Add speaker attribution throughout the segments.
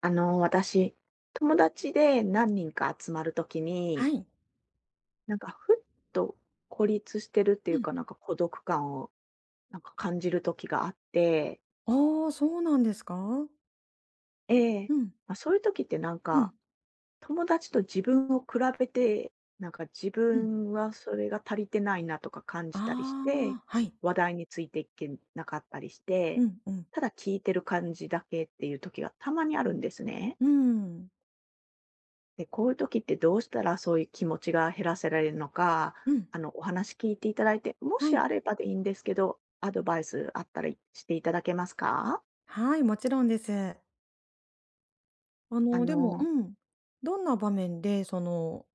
Speaker 1: 私、友達で何人か集まるとき
Speaker 2: は
Speaker 1: に、
Speaker 2: い。
Speaker 1: なんかふっと孤立してるってい
Speaker 2: う
Speaker 1: う
Speaker 2: ん。
Speaker 1: か、なんか孤独感をなんか感じるときがあって、
Speaker 2: ああ、そうなんですか？
Speaker 1: ええ、
Speaker 2: うん。
Speaker 1: まあ、そういうときってなん
Speaker 2: う
Speaker 1: か
Speaker 2: ん、
Speaker 1: 友達と自分を比べて、なんか自
Speaker 2: うん。
Speaker 1: 分はそれが足りてないなとか感
Speaker 2: あ
Speaker 1: じたりして、
Speaker 2: あ、はい。
Speaker 1: 話題についていけなかったりして、
Speaker 2: うんうん。
Speaker 1: ただ聞いてる感じだけっていうときがたまにあるんですね。
Speaker 2: うーん。
Speaker 1: で、こういう時ってどうしたらそういう気持ちが減らせられるのか、
Speaker 2: うん。
Speaker 1: お話聞いていただいて、も
Speaker 2: は
Speaker 1: し
Speaker 2: い。
Speaker 1: あればでいいんですけど、アドバイスあったりしていただけますか？
Speaker 2: はい、もちろんです。
Speaker 1: あ
Speaker 2: でもう
Speaker 1: の、
Speaker 2: ん、どんな場面で、その、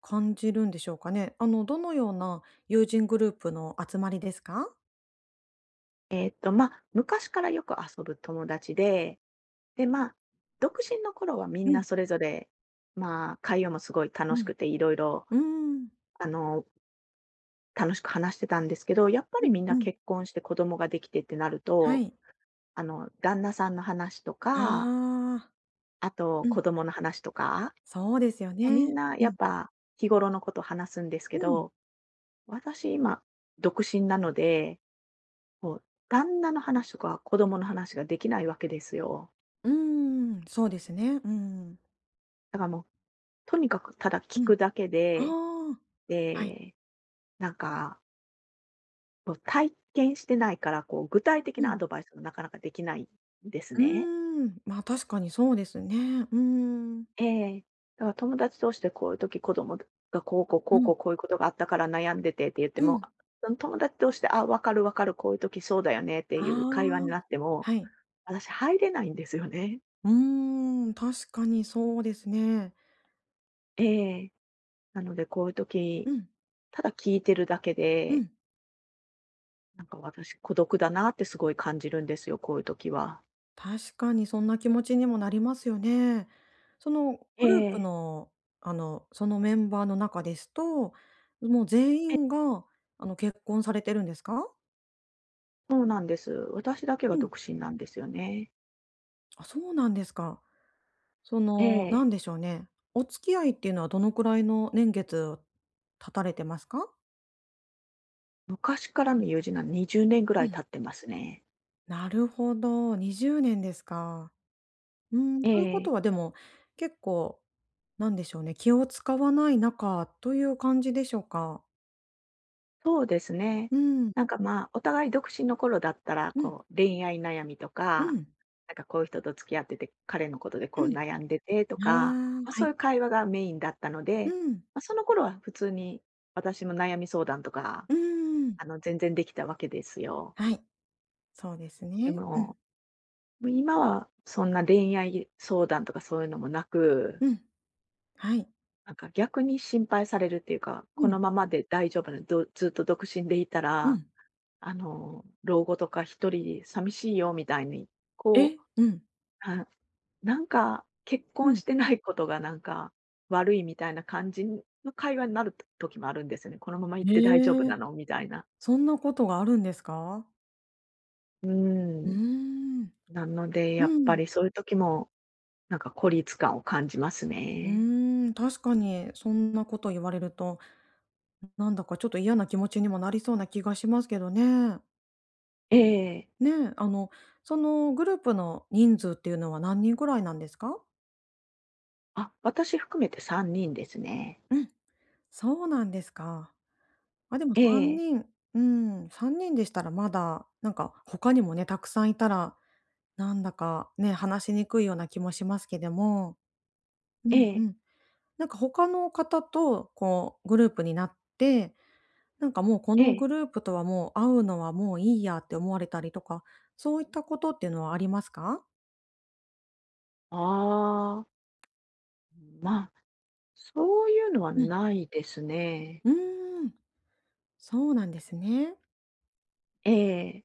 Speaker 2: 感じるんでしょうかね？どのような友人グループの集まりですか？
Speaker 1: まあ、昔からよく遊ぶ友達で、で、まあ、独身の頃はみ
Speaker 2: う
Speaker 1: ん
Speaker 2: ん、
Speaker 1: なそれぞれ、まあ、会話もすごい
Speaker 2: う
Speaker 1: 楽し
Speaker 2: ん。
Speaker 1: くて、いろいろ
Speaker 2: うーん。
Speaker 1: あの、楽しく話してたんですけど、やっぱ
Speaker 2: う
Speaker 1: り
Speaker 2: ん
Speaker 1: みんな
Speaker 2: うん。
Speaker 1: 結婚して子供ができてってなる
Speaker 2: は
Speaker 1: と、
Speaker 2: い。
Speaker 1: 旦那さんの話と
Speaker 2: あ
Speaker 1: か、
Speaker 2: あ、
Speaker 1: あと
Speaker 2: うん。
Speaker 1: 子供の話とか、
Speaker 2: そうですよ
Speaker 1: ま、みん
Speaker 2: ね。
Speaker 1: な
Speaker 2: う
Speaker 1: やっ
Speaker 2: ん。
Speaker 1: ぱ日頃のこと話すんですけ
Speaker 2: うん。
Speaker 1: ど、私今独身なので、もう旦那の話とか子供の話ができないわけですよ。
Speaker 2: うーん、そうですね。うん。
Speaker 1: だからもう、とにかくただ
Speaker 2: う
Speaker 1: 聞
Speaker 2: ん。
Speaker 1: くだけで、
Speaker 2: ああ。はい。
Speaker 1: で、なんか、もう体験してないから、こう具体的
Speaker 2: う
Speaker 1: なア
Speaker 2: ん。
Speaker 1: ドバイスがなかなかできないんです
Speaker 2: う
Speaker 1: ね。
Speaker 2: ーん、まあ、確かにそうですね。うーん。
Speaker 1: ええ。だから友達同士でこういう時子供がこうこう、こ
Speaker 2: う
Speaker 1: うこ
Speaker 2: ん、
Speaker 1: う、こういうことがあったから悩んでてって言って
Speaker 2: う
Speaker 1: も、
Speaker 2: ん。
Speaker 1: その友達同士で、あ、わかるわかる、こういう時そうだよねって
Speaker 2: あ
Speaker 1: いう会話にな
Speaker 2: あ、
Speaker 1: っても、
Speaker 2: はい。
Speaker 1: 私入れないんですよね。
Speaker 2: うーん、確かにそうですね。
Speaker 1: ええ。なのでこういう時、
Speaker 2: うん、
Speaker 1: ただ聞いてるだけ
Speaker 2: う
Speaker 1: で、
Speaker 2: ん。
Speaker 1: なんか私孤独だなってすごい感じるんですよ、こういう時は。
Speaker 2: 確かにそんな気持ちにもなりますよね。その
Speaker 1: え
Speaker 2: グループ
Speaker 1: え。
Speaker 2: の、そのメンバーの中ですと、もう全
Speaker 1: え、
Speaker 2: 員が、結婚されてるんですか？
Speaker 1: そうなんです。私だけが
Speaker 2: うん。
Speaker 1: 独身なんですよね。
Speaker 2: あ、そうなんですか。そ
Speaker 1: え
Speaker 2: の、なん
Speaker 1: え。
Speaker 2: でしょうね、お付き合いっていうのはどのくらいの年月を経たれてますか？
Speaker 1: 昔からの友人なのにじゅうねん20年ぐら
Speaker 2: う
Speaker 1: い
Speaker 2: ん。
Speaker 1: 経ってますね。
Speaker 2: なるほど、20年ですか。うん、
Speaker 1: え
Speaker 2: というこ
Speaker 1: え。
Speaker 2: とはでも、結構なんでしょうね、気を使わない中という感じでしょうか？
Speaker 1: そうですね。
Speaker 2: うん。
Speaker 1: なんか、まあ、お互い独身の頃だったら、
Speaker 2: うん。
Speaker 1: こう、恋愛悩みと
Speaker 2: う
Speaker 1: か、
Speaker 2: ん。
Speaker 1: なんか、こういう人と付き合ってて、彼のことでこ
Speaker 2: う
Speaker 1: う悩んでてとか、
Speaker 2: ん。ああ、
Speaker 1: まあ、
Speaker 2: は
Speaker 1: そう
Speaker 2: い。
Speaker 1: いう会話がメインだったの
Speaker 2: う
Speaker 1: で、
Speaker 2: ん。
Speaker 1: まあ、その頃は普通に私も悩み相談とか、
Speaker 2: うーん。
Speaker 1: 全然できたわけですよ。
Speaker 2: はい、そうです
Speaker 1: で
Speaker 2: ね。うん。
Speaker 1: も、今はそんな恋愛相談とかそういうのもなく、
Speaker 2: うん。はい。
Speaker 1: なんか逆に心配されるっていうか、
Speaker 2: う
Speaker 1: こ
Speaker 2: ん。
Speaker 1: のままで大丈夫なのどずっと独身でいた
Speaker 2: う
Speaker 1: ら
Speaker 2: ん。
Speaker 1: 老後とか一人で寂しいよみたいに、こ
Speaker 2: え？
Speaker 1: う、
Speaker 2: うん。
Speaker 1: はなんか結
Speaker 2: う
Speaker 1: 婚
Speaker 2: ん。
Speaker 1: してないことがなんか悪いみたいな感じの会話になる時もあるんですよね。このまま
Speaker 2: へ
Speaker 1: 行って大丈夫な
Speaker 2: え、
Speaker 1: のみたいな。
Speaker 2: そんなことがあるんですか？
Speaker 1: うー
Speaker 2: うー
Speaker 1: ん。
Speaker 2: ん。
Speaker 1: なので、
Speaker 2: う
Speaker 1: やっぱ
Speaker 2: ん。
Speaker 1: りそういう時も、なんか孤立感を感じます
Speaker 2: う
Speaker 1: ね。
Speaker 2: ーん、確かにそんなこと言われると、なんだかちょっと嫌な気持ちにもなりそうな気がしますけどね。
Speaker 1: ええ。
Speaker 2: ねえ、そのグループの人数っていうのは何人ぐらいなんですか？
Speaker 1: あ、私含めて3人ですね。
Speaker 2: うん、そうなんですか。あ、でも
Speaker 1: え
Speaker 2: 3
Speaker 1: え、
Speaker 2: 人うん、3人でしたらまだ、なんか他にもね、たくさんいたら、なんだかね、話しにくいような気もしますけども。う
Speaker 1: え
Speaker 2: んう
Speaker 1: え、
Speaker 2: ん。なんか他の方とこうグループになってなんかもうこ
Speaker 1: え
Speaker 2: の
Speaker 1: え。
Speaker 2: グループとはもう会うのはもういいやって思われたりとか、そういったことっていうのはありますか？
Speaker 1: ああー、まあ、そういうのは
Speaker 2: うん。
Speaker 1: ないですね。
Speaker 2: うーん、そうなんですね。
Speaker 1: ええ、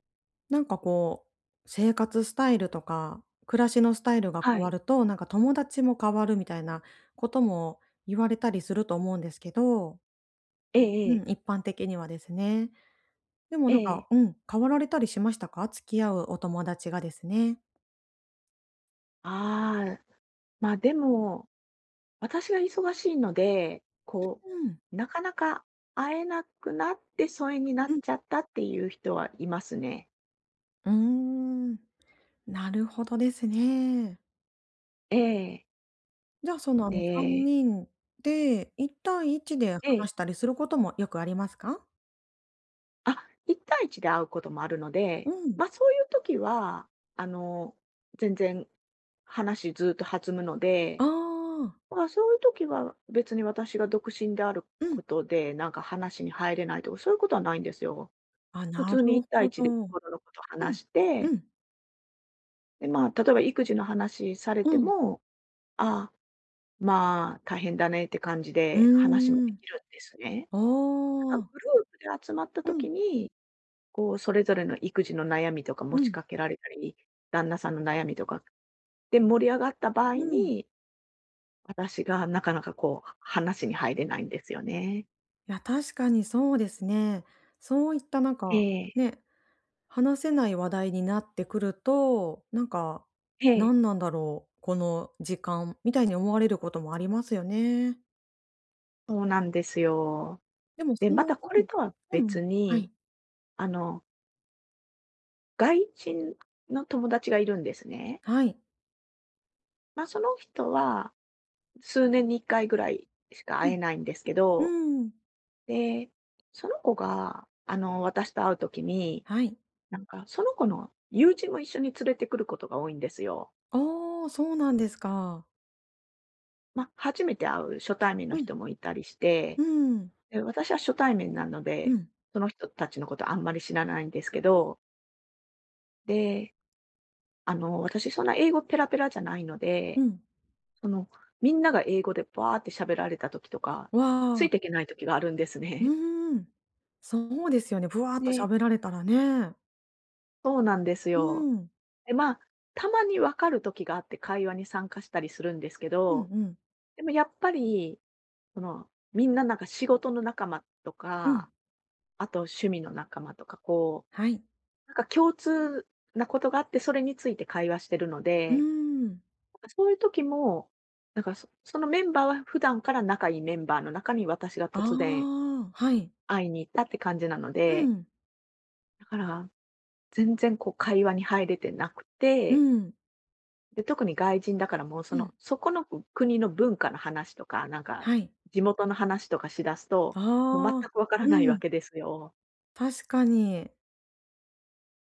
Speaker 2: なんかこう、生活スタイルとか、暮らしのスタイルが変
Speaker 1: は
Speaker 2: わ
Speaker 1: い。
Speaker 2: ると、なんか友達も変わるみたいなことも言われたりすると思うんですけど、
Speaker 1: えええ
Speaker 2: う
Speaker 1: え、
Speaker 2: ん、一般的にはですね。でも
Speaker 1: え
Speaker 2: なん
Speaker 1: え。
Speaker 2: か、うん、変わられたりしましたか？付き合うお友達がですね。
Speaker 1: ああ、ま、でも、私が忙しいので、こ
Speaker 2: うん、
Speaker 1: う、なかなか会えなくなって疎遠になっ
Speaker 2: うん。
Speaker 1: ちゃったっていう人はいますね。
Speaker 2: うーん、なるほどですね。
Speaker 1: ええ。
Speaker 2: じゃあ、その、3
Speaker 1: で、
Speaker 2: 人で、1対1で
Speaker 1: ええ、
Speaker 2: 話したりすることもよくありますか？
Speaker 1: あ、一対一で会うこともあるので、
Speaker 2: うん。
Speaker 1: ま、あそういう時は、あの、全然話ずっと弾むので、
Speaker 2: ああ。
Speaker 1: ま、あそういう時は別に私が独身である
Speaker 2: うん。
Speaker 1: ことで、なんか話に入れないとか、そういうことはないんですよ。
Speaker 2: あ、
Speaker 1: 普
Speaker 2: な
Speaker 1: 通
Speaker 2: る
Speaker 1: に1対
Speaker 2: ほ
Speaker 1: 1で
Speaker 2: ど。
Speaker 1: 日頃
Speaker 2: う
Speaker 1: のこと話
Speaker 2: ん。
Speaker 1: して、
Speaker 2: うん。
Speaker 1: で、まあ、例えば育児の話され
Speaker 2: う
Speaker 1: て
Speaker 2: ん。
Speaker 1: も、ああ、まあ、大変だねって感じ
Speaker 2: う
Speaker 1: で話も
Speaker 2: ー
Speaker 1: で
Speaker 2: ん。
Speaker 1: きるんですね。ただグ
Speaker 2: ああ。
Speaker 1: ループで集まった
Speaker 2: うん。
Speaker 1: 時に、こう、それぞれの育児の悩みとか
Speaker 2: う
Speaker 1: 持ち
Speaker 2: ん。
Speaker 1: かけられたり、旦那さんの悩みとかで盛り上がった場合
Speaker 2: うん。
Speaker 1: に、私がなかなかこう、話に入れないんですよね。
Speaker 2: いや、確かにそうですね。そういったなん
Speaker 1: え
Speaker 2: か、
Speaker 1: え、
Speaker 2: ね、話せない話題になってくると、なんか、
Speaker 1: え
Speaker 2: な
Speaker 1: え、
Speaker 2: んなんだろう、この時間みたいに思われることもありますよね。
Speaker 1: そうなんですよ。
Speaker 2: でも
Speaker 1: で、
Speaker 2: そ
Speaker 1: また
Speaker 2: の
Speaker 1: こ
Speaker 2: う
Speaker 1: れ
Speaker 2: ん。
Speaker 1: とは
Speaker 2: うん。
Speaker 1: 別
Speaker 2: は
Speaker 1: に、
Speaker 2: い。
Speaker 1: あの外人の友達がいるんですね。
Speaker 2: はい。
Speaker 1: ま、あその人は数年に1回ぐらいしか
Speaker 2: う
Speaker 1: 会え
Speaker 2: ん。
Speaker 1: ないんですけど、
Speaker 2: うーん。
Speaker 1: で、その子が、私と会う時に、
Speaker 2: はい。
Speaker 1: なんかその子の友人も一緒に連れてくることが多いんですよ。
Speaker 2: ああ、そうなんですか。
Speaker 1: ま、あ初めて会う初対面の
Speaker 2: うん。
Speaker 1: 人もいたりして、
Speaker 2: うーん。
Speaker 1: で、私は初対面なの
Speaker 2: う
Speaker 1: で、
Speaker 2: ん。
Speaker 1: その人たちのことあんまり知らないんですけど、で、私そんな英語ペラペラじゃないの
Speaker 2: う
Speaker 1: で
Speaker 2: ん。
Speaker 1: その、みんなが英語でバーって喋られた時とか、つ
Speaker 2: わあ、
Speaker 1: いていけない時があるんです
Speaker 2: う
Speaker 1: ね。
Speaker 2: ーん。そうですよね、ぶわ っと
Speaker 1: で、
Speaker 2: 喋られたらね。
Speaker 1: そうなんです
Speaker 2: う
Speaker 1: よ。
Speaker 2: ーん。
Speaker 1: で、まあ、たまに分かる時があって会話に参加したりするんですけ
Speaker 2: うんう
Speaker 1: ど、
Speaker 2: ん。
Speaker 1: でもやっぱり、みんななんか仕事の仲間と
Speaker 2: うん。
Speaker 1: か、あと趣味の仲間とか、こう、
Speaker 2: はい。
Speaker 1: なんか共通なことがあって、それについて会話してるの
Speaker 2: うー
Speaker 1: で、
Speaker 2: ん。
Speaker 1: そういう時も、なんかそのメンバーは普段から仲いいメンバーの中に私が
Speaker 2: あ
Speaker 1: 突然
Speaker 2: あ、はい。
Speaker 1: 会いに行ったって感じなの
Speaker 2: う
Speaker 1: で、
Speaker 2: ん。
Speaker 1: だから、全然こう会話に入れてなく
Speaker 2: う
Speaker 1: て、
Speaker 2: ん。
Speaker 1: で、特に外人だからもう
Speaker 2: うん。
Speaker 1: そこの国の文化の話とか、なんか、
Speaker 2: はい。
Speaker 1: 地元の話とかしだすと、もう全
Speaker 2: ああ、
Speaker 1: くわからない
Speaker 2: う
Speaker 1: わ
Speaker 2: ん。
Speaker 1: けですよ。
Speaker 2: 確かに。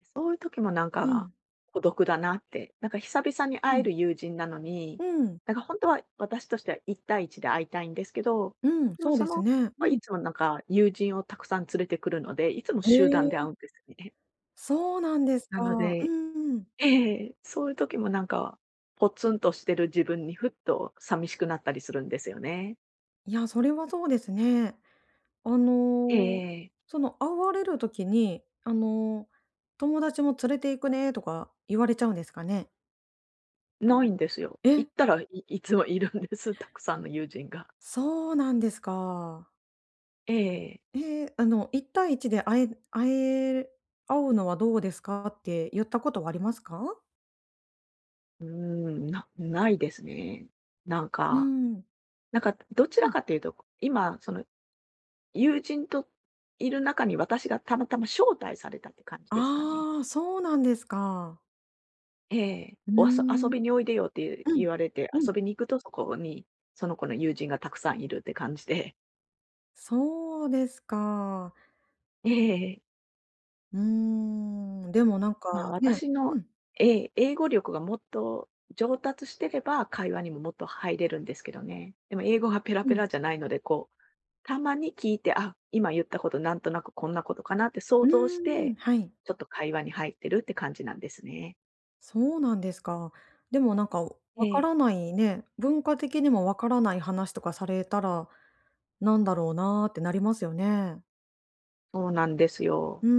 Speaker 1: そういう時もなん
Speaker 2: う
Speaker 1: か、
Speaker 2: ん。
Speaker 1: 孤独だなって、なんか久々に
Speaker 2: う
Speaker 1: 会え
Speaker 2: ん。
Speaker 1: る友人なのに、
Speaker 2: うん。
Speaker 1: なんか本当は私としては一対一で会いたいんですけど、
Speaker 2: うん、
Speaker 1: でも
Speaker 2: そうですね。
Speaker 1: ま、
Speaker 2: う
Speaker 1: い
Speaker 2: ん。
Speaker 1: つもなんか友人をたくさん連れてくるので、いつも
Speaker 2: え
Speaker 1: 集団で会
Speaker 2: え、
Speaker 1: うんですね。
Speaker 2: そうなんです
Speaker 1: な
Speaker 2: か。
Speaker 1: の
Speaker 2: う
Speaker 1: で、
Speaker 2: んうん。
Speaker 1: ええ、そういう時もなんか、ポツンとしてる自分にふっと寂しくなったりするんですよね。
Speaker 2: いや、それはそうですね。あ
Speaker 1: え
Speaker 2: の、
Speaker 1: え、
Speaker 2: その、会われる時に、「友達も連れて行くね」とか言われちゃうんですかね？
Speaker 1: ないんですよ。行
Speaker 2: え、
Speaker 1: ったら、いつもいるんです、たくさんの友人が。
Speaker 2: そうなんですか。
Speaker 1: ええ。
Speaker 2: えー一対一で会うのはどうですかって言ったことはありますか？
Speaker 1: うーん、ないですね。なん
Speaker 2: う
Speaker 1: か
Speaker 2: ん。
Speaker 1: なんかどち
Speaker 2: う
Speaker 1: ら
Speaker 2: ん。
Speaker 1: かというと、今その友人といる中に私がたまたま招待されたって感じですかね。
Speaker 2: ああ、そうなんですか。
Speaker 1: ええ。
Speaker 2: うー
Speaker 1: おあそ
Speaker 2: ん。
Speaker 1: 遊
Speaker 2: う
Speaker 1: びにおいでよって
Speaker 2: ん。
Speaker 1: 言われて、
Speaker 2: うん。
Speaker 1: 遊びに行くとそこに、その子の友人がたくさんいるって感じで、
Speaker 2: そうですか。
Speaker 1: ええ、
Speaker 2: うーん、でもなんか
Speaker 1: まあ、
Speaker 2: ね
Speaker 1: 私の、
Speaker 2: うん、
Speaker 1: ええ、英語力がもっと上達してれば、会話にももっと入れるんですけどね。でも英語がペラ
Speaker 2: う
Speaker 1: ペ
Speaker 2: ん。
Speaker 1: ラじゃないので、こう、たまに聞いて、あ、今言ったこと、なんとなくこんなことかなって想
Speaker 2: う
Speaker 1: 像し
Speaker 2: ー
Speaker 1: て、
Speaker 2: ん、はい。
Speaker 1: ちょっと会話に入ってるって感じなんですね。
Speaker 2: そうなんですか。でもなんか、
Speaker 1: え
Speaker 2: わか
Speaker 1: え、
Speaker 2: らないね、文化的にもわからない話とかされたら、なんだろうなってなりますよね。
Speaker 1: そうなんですよ。
Speaker 2: うー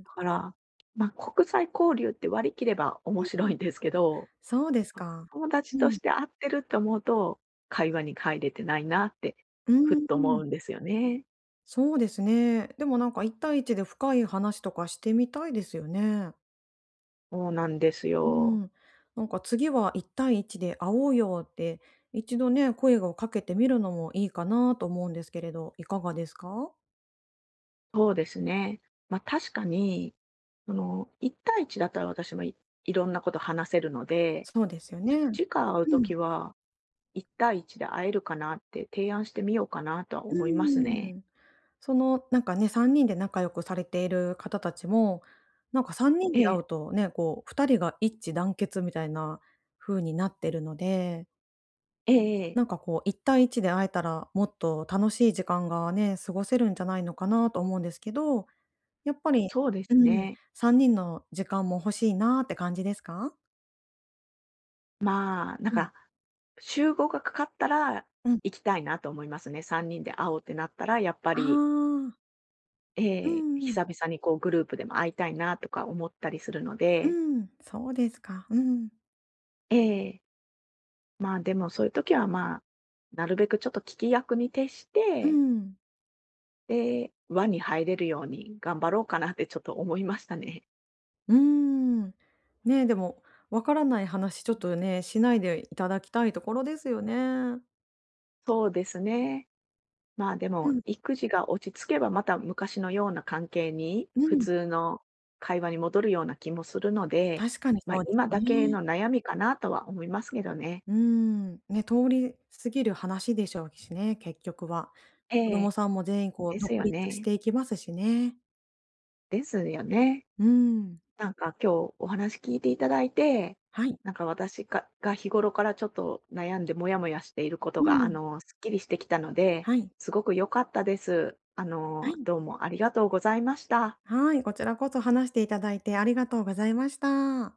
Speaker 2: ん。
Speaker 1: だから、ま、国際交流って割り切れば面白いんですけど、
Speaker 2: そうですか。
Speaker 1: 友達
Speaker 2: う
Speaker 1: とし
Speaker 2: ん。
Speaker 1: て会ってると思うと、会話に入れてないなって
Speaker 2: う
Speaker 1: ふっ
Speaker 2: ー
Speaker 1: と思
Speaker 2: ん。
Speaker 1: うんですよね。
Speaker 2: そうですね。でもなんか一対一で深い話とかしてみたいですよね。
Speaker 1: そうなんです
Speaker 2: う
Speaker 1: よ。
Speaker 2: ん。なんか次は一対一で会おうよって、一度ね、声をかけてみるのもいいかなと思うんですけれど、いかがですか？
Speaker 1: そうですね。ま、確かに、1対1だったら私もいろんなこと話せるので、
Speaker 2: そうですよ
Speaker 1: ちょっと
Speaker 2: ね。
Speaker 1: 次回会うと
Speaker 2: うん。
Speaker 1: きは、1対1で会えるかなって提案してみようかなとは
Speaker 2: う
Speaker 1: 思います
Speaker 2: ー
Speaker 1: ね。
Speaker 2: ん。その、なんかね、3人で仲良くされている方たちも、なんか3人
Speaker 1: え
Speaker 2: で
Speaker 1: え、
Speaker 2: 会うとね、こう2人が一致団結みたいな風になってるので、
Speaker 1: ええええ、
Speaker 2: なんかこう一対一で会えたら、もっと楽しい時間がね、過ごせるんじゃないのかなと思うんですけど、やっぱり
Speaker 1: そうで
Speaker 2: う
Speaker 1: す
Speaker 2: ん、
Speaker 1: ね。
Speaker 2: 3人の時間も欲しいなって感じですか？
Speaker 1: まあ、なん
Speaker 2: うん。
Speaker 1: か、集合がかかったら
Speaker 2: うん。
Speaker 1: 行きたいなと思いますね。3人で会おうってなったら、やっぱ
Speaker 2: あ
Speaker 1: り、
Speaker 2: あ、
Speaker 1: え
Speaker 2: う
Speaker 1: え、
Speaker 2: んうん。
Speaker 1: 久々にこうグループでも会いたいなとか思ったりするの
Speaker 2: う
Speaker 1: で、
Speaker 2: ん、そうですか。うん。
Speaker 1: ええ。まあ、でもそういう時は、まあ、なるべくちょっと聞き役に徹し
Speaker 2: う
Speaker 1: て、
Speaker 2: ん。
Speaker 1: で、輪に入れるように頑張ろうかなってちょっと思いましたね。
Speaker 2: うーん。ねえ、でも、わからない話ちょっとね、しないでいただきたいところですよね。
Speaker 1: そうですね。まあ、で
Speaker 2: う
Speaker 1: も
Speaker 2: ん、
Speaker 1: 育児が落ち着けば、また昔のような関係に、
Speaker 2: う
Speaker 1: 普
Speaker 2: ん。
Speaker 1: 通の会話に戻るような気もするので、
Speaker 2: 確かに
Speaker 1: ま、
Speaker 2: そうです
Speaker 1: 今だけ
Speaker 2: ね。
Speaker 1: の悩みかなとは思いますけどね。
Speaker 2: うーん。ね、通り過ぎる話でしょうしね、結局は。子
Speaker 1: え
Speaker 2: 供
Speaker 1: え、
Speaker 2: さんも全員こう
Speaker 1: で
Speaker 2: 独
Speaker 1: すよ
Speaker 2: 立し
Speaker 1: ね。
Speaker 2: ていきますしね。
Speaker 1: ですよね。
Speaker 2: うーん。
Speaker 1: なんか今日お話聞いていただいて、
Speaker 2: はい。
Speaker 1: なんか私が日頃からちょっと悩んでモヤモヤしていること
Speaker 2: う
Speaker 1: が、
Speaker 2: ん。
Speaker 1: すっきりしてきたので、
Speaker 2: はい。
Speaker 1: すごく良かったです。
Speaker 2: はい。
Speaker 1: どうもありがとうございました。
Speaker 2: はい、こちらこそ話していただいてありがとうございました。